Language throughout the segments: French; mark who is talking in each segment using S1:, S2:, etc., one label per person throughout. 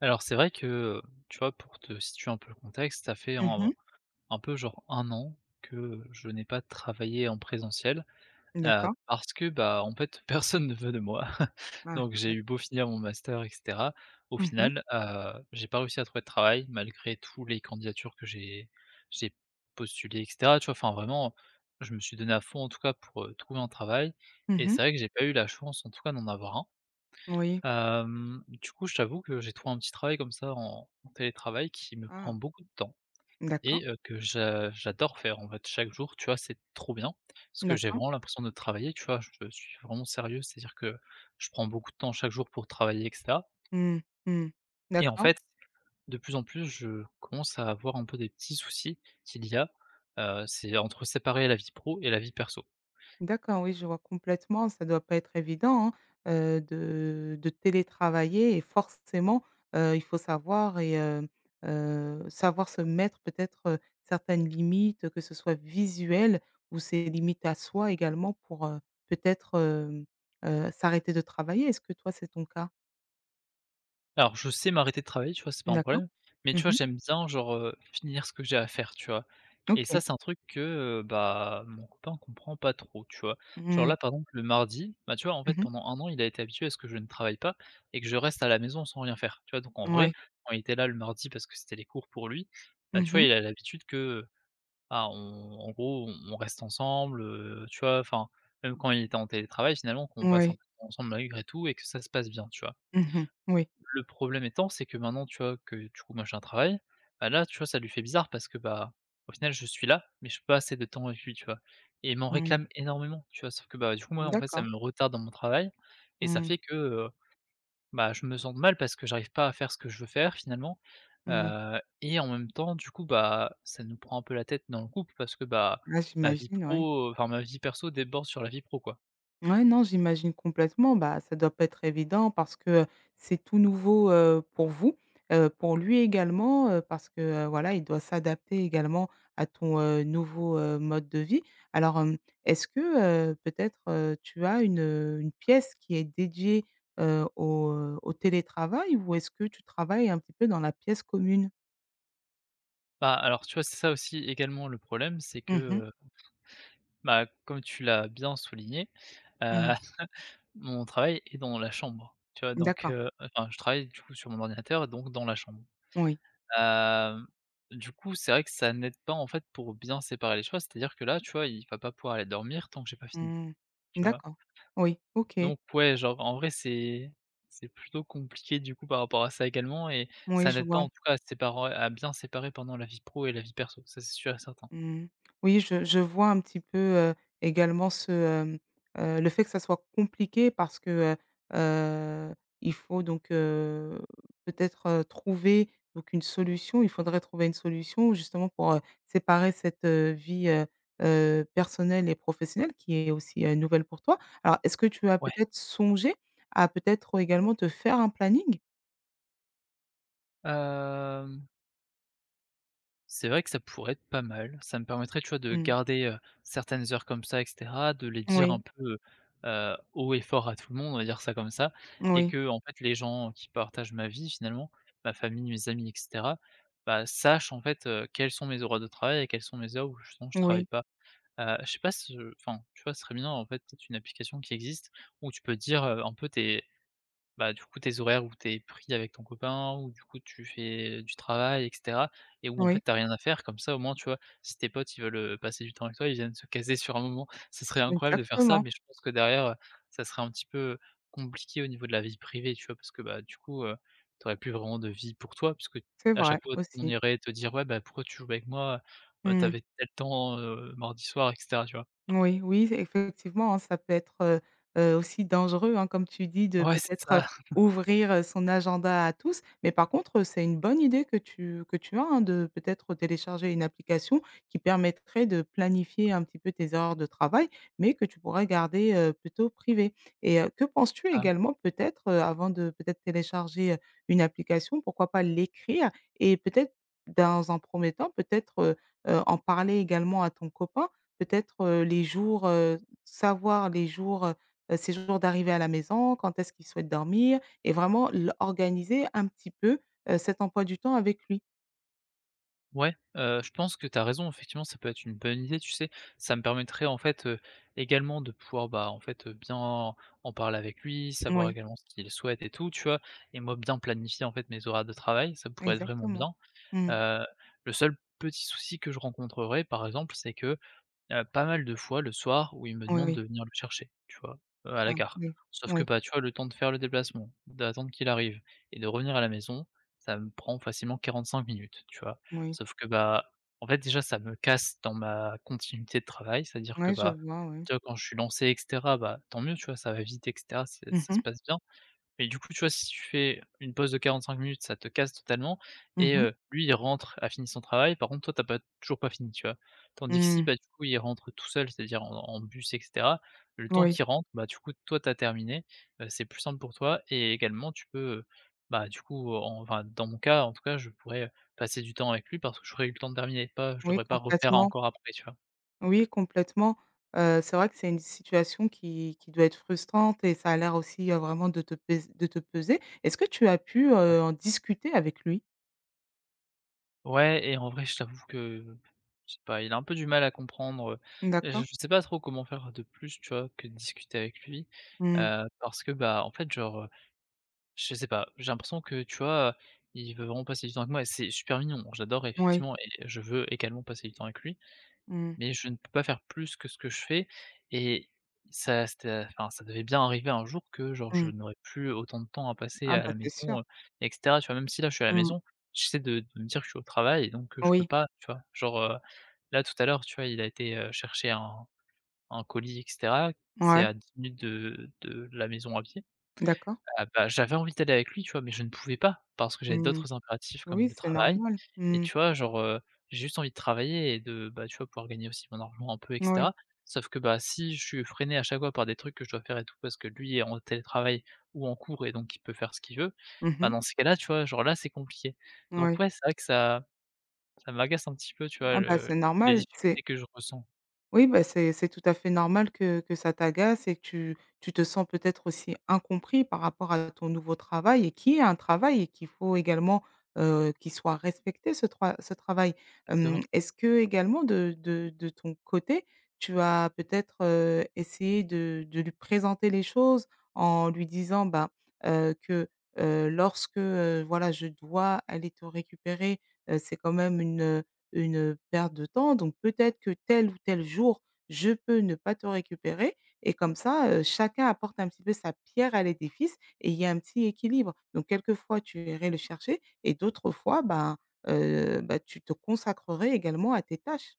S1: Alors c'est vrai que, tu vois, pour te situer un peu le contexte, ça fait
S2: Mmh mh.
S1: un peu genre un an que, je n'ai pas travaillé en présentiel,
S2: D'accord.
S1: parce que, bah, en fait, personne ne veut de moi.
S2: Ah
S1: Donc j'ai eu
S2: d'accord.
S1: beau finir mon master et cetera, au
S2: Mmh mh.
S1: final, j'ai pas réussi à trouver de travail malgré tous les candidatures que j'ai postulées et cetera, tu vois? Enfin vraiment, je me suis donné à fond en tout cas pour, trouver un travail
S2: Mmh
S1: et
S2: mh.
S1: c'est vrai que j'ai pas eu la chance en tout cas d'en avoir un.
S2: Oui.
S1: Du coup, je t'avoue que j'ai trouvé un petit travail comme ça en télétravail qui me prend
S2: Ah
S1: beaucoup de temps
S2: d'accord,
S1: et que j'adore faire, en fait, chaque jour, tu vois? C'est trop bien parce que j'ai
S2: d'accord.
S1: vraiment l'impression de travailler, tu vois? Je suis vraiment sérieux, c'est-à-dire que je prends beaucoup de temps chaque jour pour travailler et cetera
S2: Mmh, mmh.
S1: et en
S2: D'accord,
S1: fait, de plus en plus, je commence à avoir un peu des petits soucis qu'il y a, c'est entre séparer la vie pro et la vie perso.
S2: d'accord, oui, je vois complètement. Ça doit pas être évident, hein, de télétravailler et forcément, il faut savoir et savoir se mettre peut-être, certaines limites, que ce soit visuelles ou ses limites à soi également pour, peut-être, s'arrêter de travailler. Est-ce que toi, c'est ton cas?
S1: Alors je sais m'arrêter de travailler, tu vois? C'est pas un
S2: D'accord.
S1: problème, mais
S2: Mmh
S1: tu vois?
S2: mh.
S1: J'aime bien genre, finir ce que j'ai à faire, tu vois? Et ça,
S2: OK.
S1: c'est un truc que, bah, mon copain comprend pas trop, tu vois? Genre
S2: Mmh.
S1: là, par exemple, le mardi, bah, tu vois? En fait,
S2: Mmh mh.
S1: pendant un an, il a été habitué à ce que je ne travaille pas et que je reste à la maison sans rien faire, tu vois? Donc en vrai,
S2: Ouais.
S1: quand il était là le mardi parce que c'était les cours pour lui, bah, tu
S2: Mmh
S1: vois?
S2: mh.
S1: Il a l'habitude que, ah, on en gros, on reste ensemble, tu vois? Enfin, même quand il était en télétravail, finalement, qu'on passe un
S2: Ouais.
S1: peu de temps ensemble malgré tout et que ça se passe bien, tu vois?
S2: Mmh mh. Oui.
S1: Le problème étant, c'est que maintenant, tu vois, que du coup, moi, j'ai un travail, bah, là, tu vois, ça lui fait bizarre parce que, bah, au final, je suis là, mais je passe pas assez de temps avec lui, tu vois? Et il m'en
S2: Mmh.
S1: réclame énormément, tu vois? Sauf que, bah, du coup, moi, en fait, ça
S2: D'accord.
S1: me retarde dans mon travail et ça
S2: Mmh.
S1: fait que, bah, je me sens mal parce que j'arrive pas à faire ce que je veux faire finalement,
S2: Mmh.
S1: et en même temps, du coup, bah, ça nous prend un peu la tête dans le couple parce que, bah,
S2: Ouais,
S1: ma vie
S2: j'imagine, ouais.
S1: pro, enfin, ma vie perso déborde sur la vie pro, quoi.
S2: Ouais, non, j'imagine complètement. Bah, ça doit pas être évident parce que c'est tout nouveau, pour vous, pour lui également, parce que, voilà, il doit s'adapter également à ton, nouveau, mode de vie. Alors, est-ce que, peut-être, tu as une pièce qui est dédiée, au, au télétravail, ou est-ce que tu travailles un petit peu dans la pièce commune?
S1: Bah, alors, tu vois, c'est ça aussi également le problème, c'est
S2: Mmh mh.
S1: que, bah, comme tu l'as bien souligné, heu,
S2: Mmh.
S1: mon travail est dans la chambre, tu vois? Donc
S2: D'accord,
S1: enfin, je travaille du coup sur mon ordinateur, donc dans la chambre.
S2: oui.
S1: Hem, du coup, c'est vrai que ça n'aide pas, en fait, pour bien séparer les choses. C'est-à-dire que là, tu vois, il va pas pouvoir aller dormir tant que j'ai pas fini,
S2: Mmh.
S1: tu vois?
S2: D'accord. Oui, OK.
S1: Donc ouais, genre, en vrai, c'est plutôt compliqué, du coup, par rapport à ça également et
S2: Oui,
S1: ça
S2: je
S1: n'aide pas, en
S2: vois.
S1: tout cas, à bien séparer, pendant la vie pro et la vie perso, ça, c'est sûr et certain.
S2: Mmh. Oui, je vois un petit peu, également ce, le fait que ça soit compliqué parce que, heu heu, il faut donc, peut-être, trouver donc une solution. Il faudrait trouver une solution justement pour, séparer cette, vie, personnelle et professionnelle qui est aussi, nouvelle pour toi. Alors est-ce que tu as
S1: Ouais,
S2: peut-être songé à peut-être également te faire un planning?
S1: hem C'est vrai que ça pourrait être pas mal. Ça me permettrait, tu vois, de
S2: Mmh.
S1: garder, certaines heures comme ça et cetera, de les dire un
S2: Oui.
S1: peu, haut et fort à tout le monde, on va dire ça comme ça et
S2: Oui,
S1: que en fait, les gens qui partagent ma vie finalement, ma famille, mes amis et cetera, bah, sachent en fait, quels sont mes horaires de travail et quelles sont mes heures où justement je travaille
S2: oui,
S1: pas. Je sais pas ce enfin, tu vois, ce serait bien en fait, peut-être une application qui existe où tu peux dire, un peu tes bah, du coup, tes horaires où tes es pris avec ton copain, ou du coup tu fais du travail et cetera et où en fait
S2: oui,
S1: t'as rien à faire comme ça au moins, tu vois? Si tes potes ils veulent, passer du temps avec toi, ils viennent se caser sur un moment. Ce serait incroyable de faire ça,
S2: exactement,
S1: mais je pense que derrière, ça serait un petit peu compliqué au niveau de la vie privée, tu vois? Parce que, bah, du coup, tu plus vraiment de vie pour toi puisque
S2: c'est
S1: à
S2: vrai
S1: chaque fois on
S2: aussi.
S1: irait te dire: «Ouais, bah, pourquoi tu joues avec moi? Tu
S2: Mmh.
S1: tel temps, mardi soir» et cetera, tu vois?
S2: Oui, oui, c'est- effectivement, hein, ça peut être, aussi dangereux, hein, comme tu dis, de
S1: Ouais, c'est
S2: peut-être,
S1: ça.
S2: ouvrir, son agenda à tous. Mais par contre, c'est une bonne idée que tu as, hein, de peut-être télécharger une application qui permettrait de planifier un petit peu tes heures de travail, mais que tu pourrais garder, plutôt privées. Et que penses-tu également peut-être, avant de peut-être télécharger, une application, pourquoi pas l'écrire? Et peut-être, dans un premier temps, peut-être, en parler également à ton copain peut-être, les jours, savoir les jours, jours d'arrivée à la maison, quand est-ce qu'il souhaite dormir et vraiment l organiser un petit peu, cet emploi du temps avec lui.
S1: Ouais, je pense que tu as raison, effectivement, ça peut être une bonne idée, tu sais? Ça me permettrait, en fait, également de pouvoir, bah, en fait, bien en parler avec lui, savoir
S2: Oui.
S1: également ce qu'il souhaite et tout, tu vois? Et moi, bien planifier, en fait, mes horaires de travail, ça pourrait être vraiment
S2: Exactement.
S1: bien.
S2: Mmh.
S1: Heu, le seul petit souci que je rencontrerais, par exemple, c'est que, pas mal de fois le soir où il me
S2: Oui,
S1: demande de
S2: oui.
S1: venir le chercher, tu vois? À la
S2: Ah
S1: gare.
S2: oui,
S1: Sauf que,
S2: oui,
S1: bah, tu vois, le temps de faire le déplacement, d'attendre qu'il arrive et de revenir à la maison, ça me prend facilement 45 minutes, tu vois?
S2: oui.
S1: Sauf que, bah, en fait, déjà, ça me casse dans ma continuité de travail, c'est-à-dire que,
S2: Ouais, je
S1: bah,
S2: vois, oui.
S1: tu vois, quand je suis lancé et cetera, bah, tant mieux, tu vois, ça va vite et cetera, c'est
S2: Mmh
S1: ça se
S2: mh.
S1: passe bien. Mais du coup, tu vois, si tu fais une pause de 45 minutes, ça te casse totalement et
S2: Mmh.
S1: lui, il rentre, a fini son travail. Par contre, toi, t'as pas toujours pas fini, tu vois? Tandis que si,
S2: Mmh.
S1: bah, du coup, il rentre tout seul, c'est-à-dire en bus et cetera, le temps
S2: Oui,
S1: qu'il rentre, bah, du coup, toi, t'as terminé, c'est plus simple pour toi et également tu peux, bah, du coup, en enfin, dans mon cas, en tout cas, je pourrais passer du temps avec lui parce que j'aurais eu le temps de terminer, pas je
S2: oui,
S1: devrais pas refaire
S2: complètement.
S1: encore après, tu vois?
S2: Oui, complètement. C'est vrai que c'est une situation qui doit être frustrante et ça a l'air aussi, vraiment de te peser. Est-ce que tu as pu,
S1: Ouais.
S2: en discuter avec lui?
S1: Ouais et en vrai, je t'avoue que, je sais pas, il a un peu du mal à comprendre, je
S2: D'accord.
S1: sais pas trop comment faire de plus, tu vois, que de discuter avec lui,
S2: Mmh.
S1: parce que, bah, en fait, genre, je sais pas, j'ai l'impression que, tu vois, il veut vraiment passer du temps avec moi et c'est super mignon, j'adore
S2: Oui.
S1: effectivement et je veux également passer du temps avec lui
S2: Mmh.
S1: mais je ne peux pas faire plus que ce que je fais et ça c'était enfin, ça devait bien arriver un jour que genre je
S2: Mmh.
S1: n'aurais plus autant de temps à passer
S2: Ah
S1: à
S2: bah,
S1: la
S2: c'est sûr.
S1: maison, et cetera, tu vois? Même si là, je suis à la
S2: Mmh.
S1: maison, j'essaie de me dire que je suis au travail et donc je peux
S2: Oui.
S1: pas, tu vois? Genre, là, tout à l'heure, tu vois, il a été, chercher un colis et cetera. C'est
S2: Ouais.
S1: à 10 minutes de la maison à pied.
S2: D'accord.
S1: Ah bah, j'avais envie d'aller avec lui, tu vois? Mais je ne pouvais pas, parce que j'avais
S2: Mmh.
S1: d'autres impératifs comme
S2: Oui,
S1: le
S2: c'est
S1: travail
S2: normal.
S1: et
S2: Mmh.
S1: tu vois, genre, j'ai juste envie de travailler et de, bah, tu vois, pouvoir gagner aussi mon argent un peu et
S2: Oui.
S1: cetera. Sauf que, bah, si je suis freiné à chaque fois par des trucs que je dois faire et tout parce que lui est en télétravail ou en cours et donc il peut faire ce qu'il veut,
S2: Mmh
S1: bah,
S2: mh.
S1: dans ces cas-là, tu vois, genre, là, c'est compliqué. Donc
S2: Oui.
S1: ouais, c'est vrai que ça m'agace un petit peu, tu vois,
S2: Ah bah,
S1: le
S2: c'est
S1: les
S2: normal,
S1: difficultés
S2: c'est
S1: que je ressens.
S2: Oui, bah, c'est tout à fait normal que ça t'agace et que tu te sens peut-être aussi incompris par rapport à ton nouveau travail et qui est un travail et qu'il faut également, qu'il soit respecté ce travail.
S1: Exactement.
S2: Est-ce que également de de ton côté, tu as peut-être, essayé de lui présenter les choses en lui disant, bah, que, lorsque, voilà, je dois aller te récupérer, c'est quand même une perte de temps, donc peut-être que tel ou tel jour, je peux ne pas te récupérer et comme ça, chacun apporte un petit peu sa pierre à l'édifice et il y a un petit équilibre. Donc quelquefois, tu irais le chercher et d'autres fois, bah, tu te consacrerais également à tes tâches.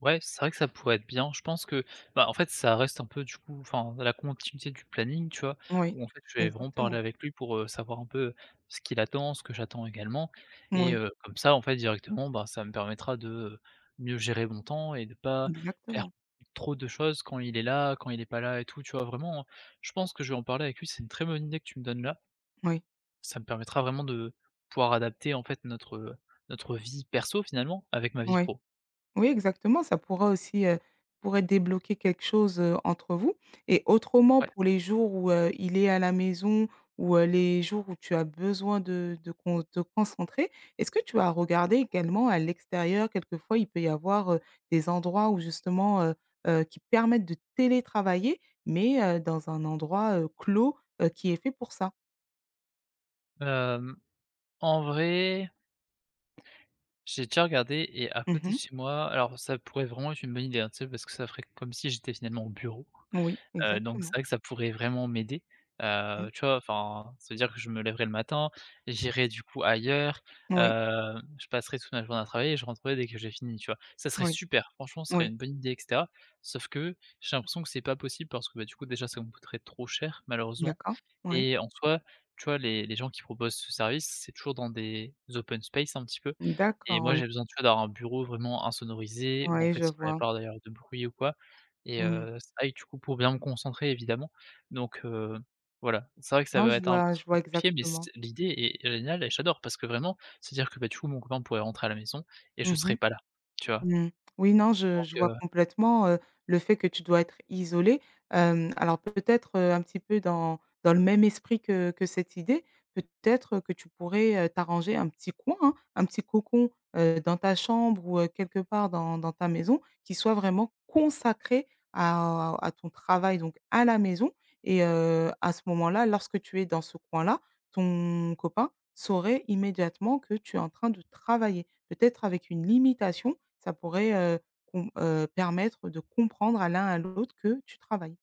S1: Ouais, c'est vrai que ça pourrait être bien. Je pense que, bah, en fait, ça reste un peu du coup, enfin, la continuité du planning, tu vois?
S2: Oui,
S1: Où en fait, je vais vraiment parler
S2: exactement.
S1: avec lui pour, savoir un peu ce qu'il attend, ce que j'attends également et
S2: Oui,
S1: comme ça, en fait, directement, bah, ça me permettra de mieux gérer mon temps et de pas faire
S2: exactement.
S1: trop de choses quand il est là, quand il est pas là et tout, tu vois? Vraiment, hein. Je pense que je vais en parler avec lui, c'est une très bonne idée que tu me donnes là.
S2: Oui,
S1: Ça me permettra vraiment de pouvoir adapter, en fait, notre vie perso finalement avec ma vie
S2: oui.
S1: pro.
S2: Oui, exactement, ça pourra aussi, pourrait débloquer quelque chose, entre vous et autrement
S1: Ouais,
S2: pour les jours où, il est à la maison ou, les jours où tu as besoin de con te concentrer, est-ce que tu as regardé également à l'extérieur? Quelquefois, il peut y avoir, des endroits où justement, qui permettent de télétravailler, mais, dans un endroit, clos, qui est fait pour ça.
S1: hem En vrai, j'ai déjà regardé et à côté de
S2: Mmh.
S1: chez moi alors ça pourrait vraiment être une bonne idée, hein, tu sais? Parce que ça ferait comme si j'étais finalement au bureau,
S2: Oui,
S1: donc c'est
S2: exactement.
S1: vrai que ça pourrait vraiment m'aider,
S2: Mmh.
S1: tu vois? Enfin, ça veut dire que je me lèverais le matin, j'irais du coup ailleurs,
S2: Oui,
S1: je passerai toute ma journée à travailler et je rentrerai dès que j'ai fini, tu vois? Ça serait
S2: oui,
S1: super, franchement, ce serait
S2: oui.
S1: une bonne idée et cetera. Sauf que j'ai l'impression que c'est pas possible parce que, bah, du coup déjà ça me coûterait trop cher malheureusement,
S2: D'accord, oui.
S1: et en soi, tu vois, les gens qui proposent ce service, c'est toujours dans des open space un petit peu et
S2: D'accord,
S1: moi,
S2: oui.
S1: j'ai besoin, tu vois, d'avoir un bureau vraiment insonorisé où en
S2: Oui,
S1: fait,
S2: je
S1: il n'y y
S2: vois.
S1: pas d'ailleurs de bruit ou quoi et
S2: Mmh.
S1: c'est vrai du coup, pour bien me concentrer évidemment donc voilà. C'est vrai que ça
S2: Non,
S1: va
S2: je
S1: être un
S2: vois
S1: petit
S2: je
S1: peu
S2: vois
S1: compliqué mais c
S2: exactement.
S1: l'idée est géniale et j'adore parce que vraiment, c'est-à-dire que, bah, du coup, mon copain pourrait rentrer à la maison et
S2: Mmh
S1: je
S2: mh.
S1: serais pas là, tu vois?
S2: Mmh. Oui, non, je
S1: Donc
S2: je vois complètement, le fait que tu dois être isolé. Alors peut-être, un petit peu dans le même esprit que cette idée, peut-être que tu pourrais, t'arranger un petit coin, hein, un petit cocon, dans ta chambre ou, quelque part dans ta maison qui soit vraiment consacré à ton travail, donc à la maison et à ce moment-là, lorsque tu es dans ce coin-là, ton copain saurait immédiatement que tu es en train de travailler. Peut-être avec une limitation, ça pourrait, com permettre de comprendre à l'un à l'autre que tu travailles.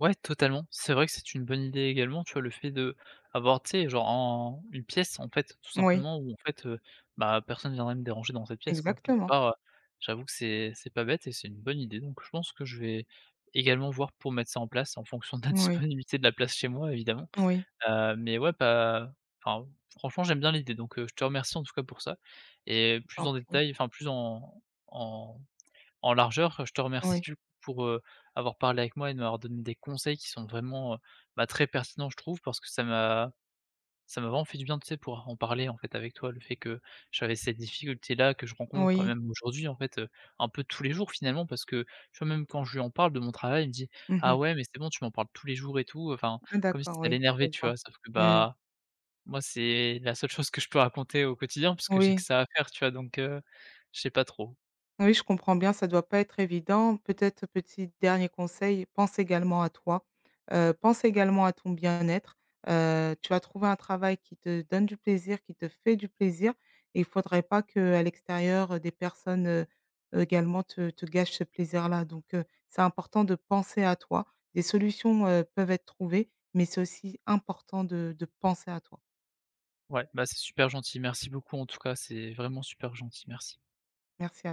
S1: ouais, totalement. C'est vrai que c'est une bonne idée également, tu vois, le fait de avoir, tu sais, genre en une pièce, en fait, tout
S2: Oui,
S1: simplement, où en fait, bah, personne viendrait me déranger dans cette pièce, quoi. Quelque
S2: exactement.
S1: part, j'avoue que c'est pas bête et c'est une bonne idée. Donc je pense que je vais également voir pour mettre ça en place en fonction de la
S2: Oui,
S1: disponibilité de la place chez moi, évidemment.
S2: oui,
S1: Mais ouais, pas enfin, franchement, j'aime bien l'idée, donc je te remercie en tout cas pour ça et
S2: je
S1: plus
S2: t'en
S1: en
S2: prie.
S1: détail, enfin plus en en largeur. Je te remercie
S2: Oui,
S1: du coup pour, avoir parlé avec moi et de m'avoir donné des conseils qui sont vraiment, bah, très pertinents je trouve parce que ça m'a vraiment fait du bien, tu sais, pour en parler en fait avec toi. Le fait que j'avais cette difficulté-là que je rencontre
S2: oui.
S1: même aujourd'hui en fait, un peu tous les jours finalement parce que tu vois même quand je lui en parle de mon travail, il me dit: «Ah
S2: Mmh.
S1: ouais mais c'est bon tu m'en parles tous les jours et tout», enfin
S2: Ah
S1: comme si
S2: d'accord,
S1: ça
S2: oui,
S1: l'énervait,
S2: je
S1: tu
S2: vois.
S1: vois? Sauf que,
S2: Mmh.
S1: bah, moi c'est la seule chose que je peux raconter au quotidien parce que j'ai que
S2: Oui.
S1: ça à faire, tu vois? Donc, je sais pas trop.
S2: Oui, je comprends bien, ça doit pas être évident. Peut-être, petit dernier conseil, pense également à toi, pense également à ton bien-être. Tu as trouvé un travail qui te donne du plaisir, qui te fait du plaisir, et il faudrait pas que à l'extérieur, des personnes, également te gâchent ce plaisir-là. Donc c'est important de penser à toi. Des solutions, peuvent être trouvées, mais c'est aussi important de penser à toi.
S1: Ouais, bah, c'est super gentil. Merci beaucoup en tout cas, c'est vraiment super gentil. Merci.
S2: Merci à toi.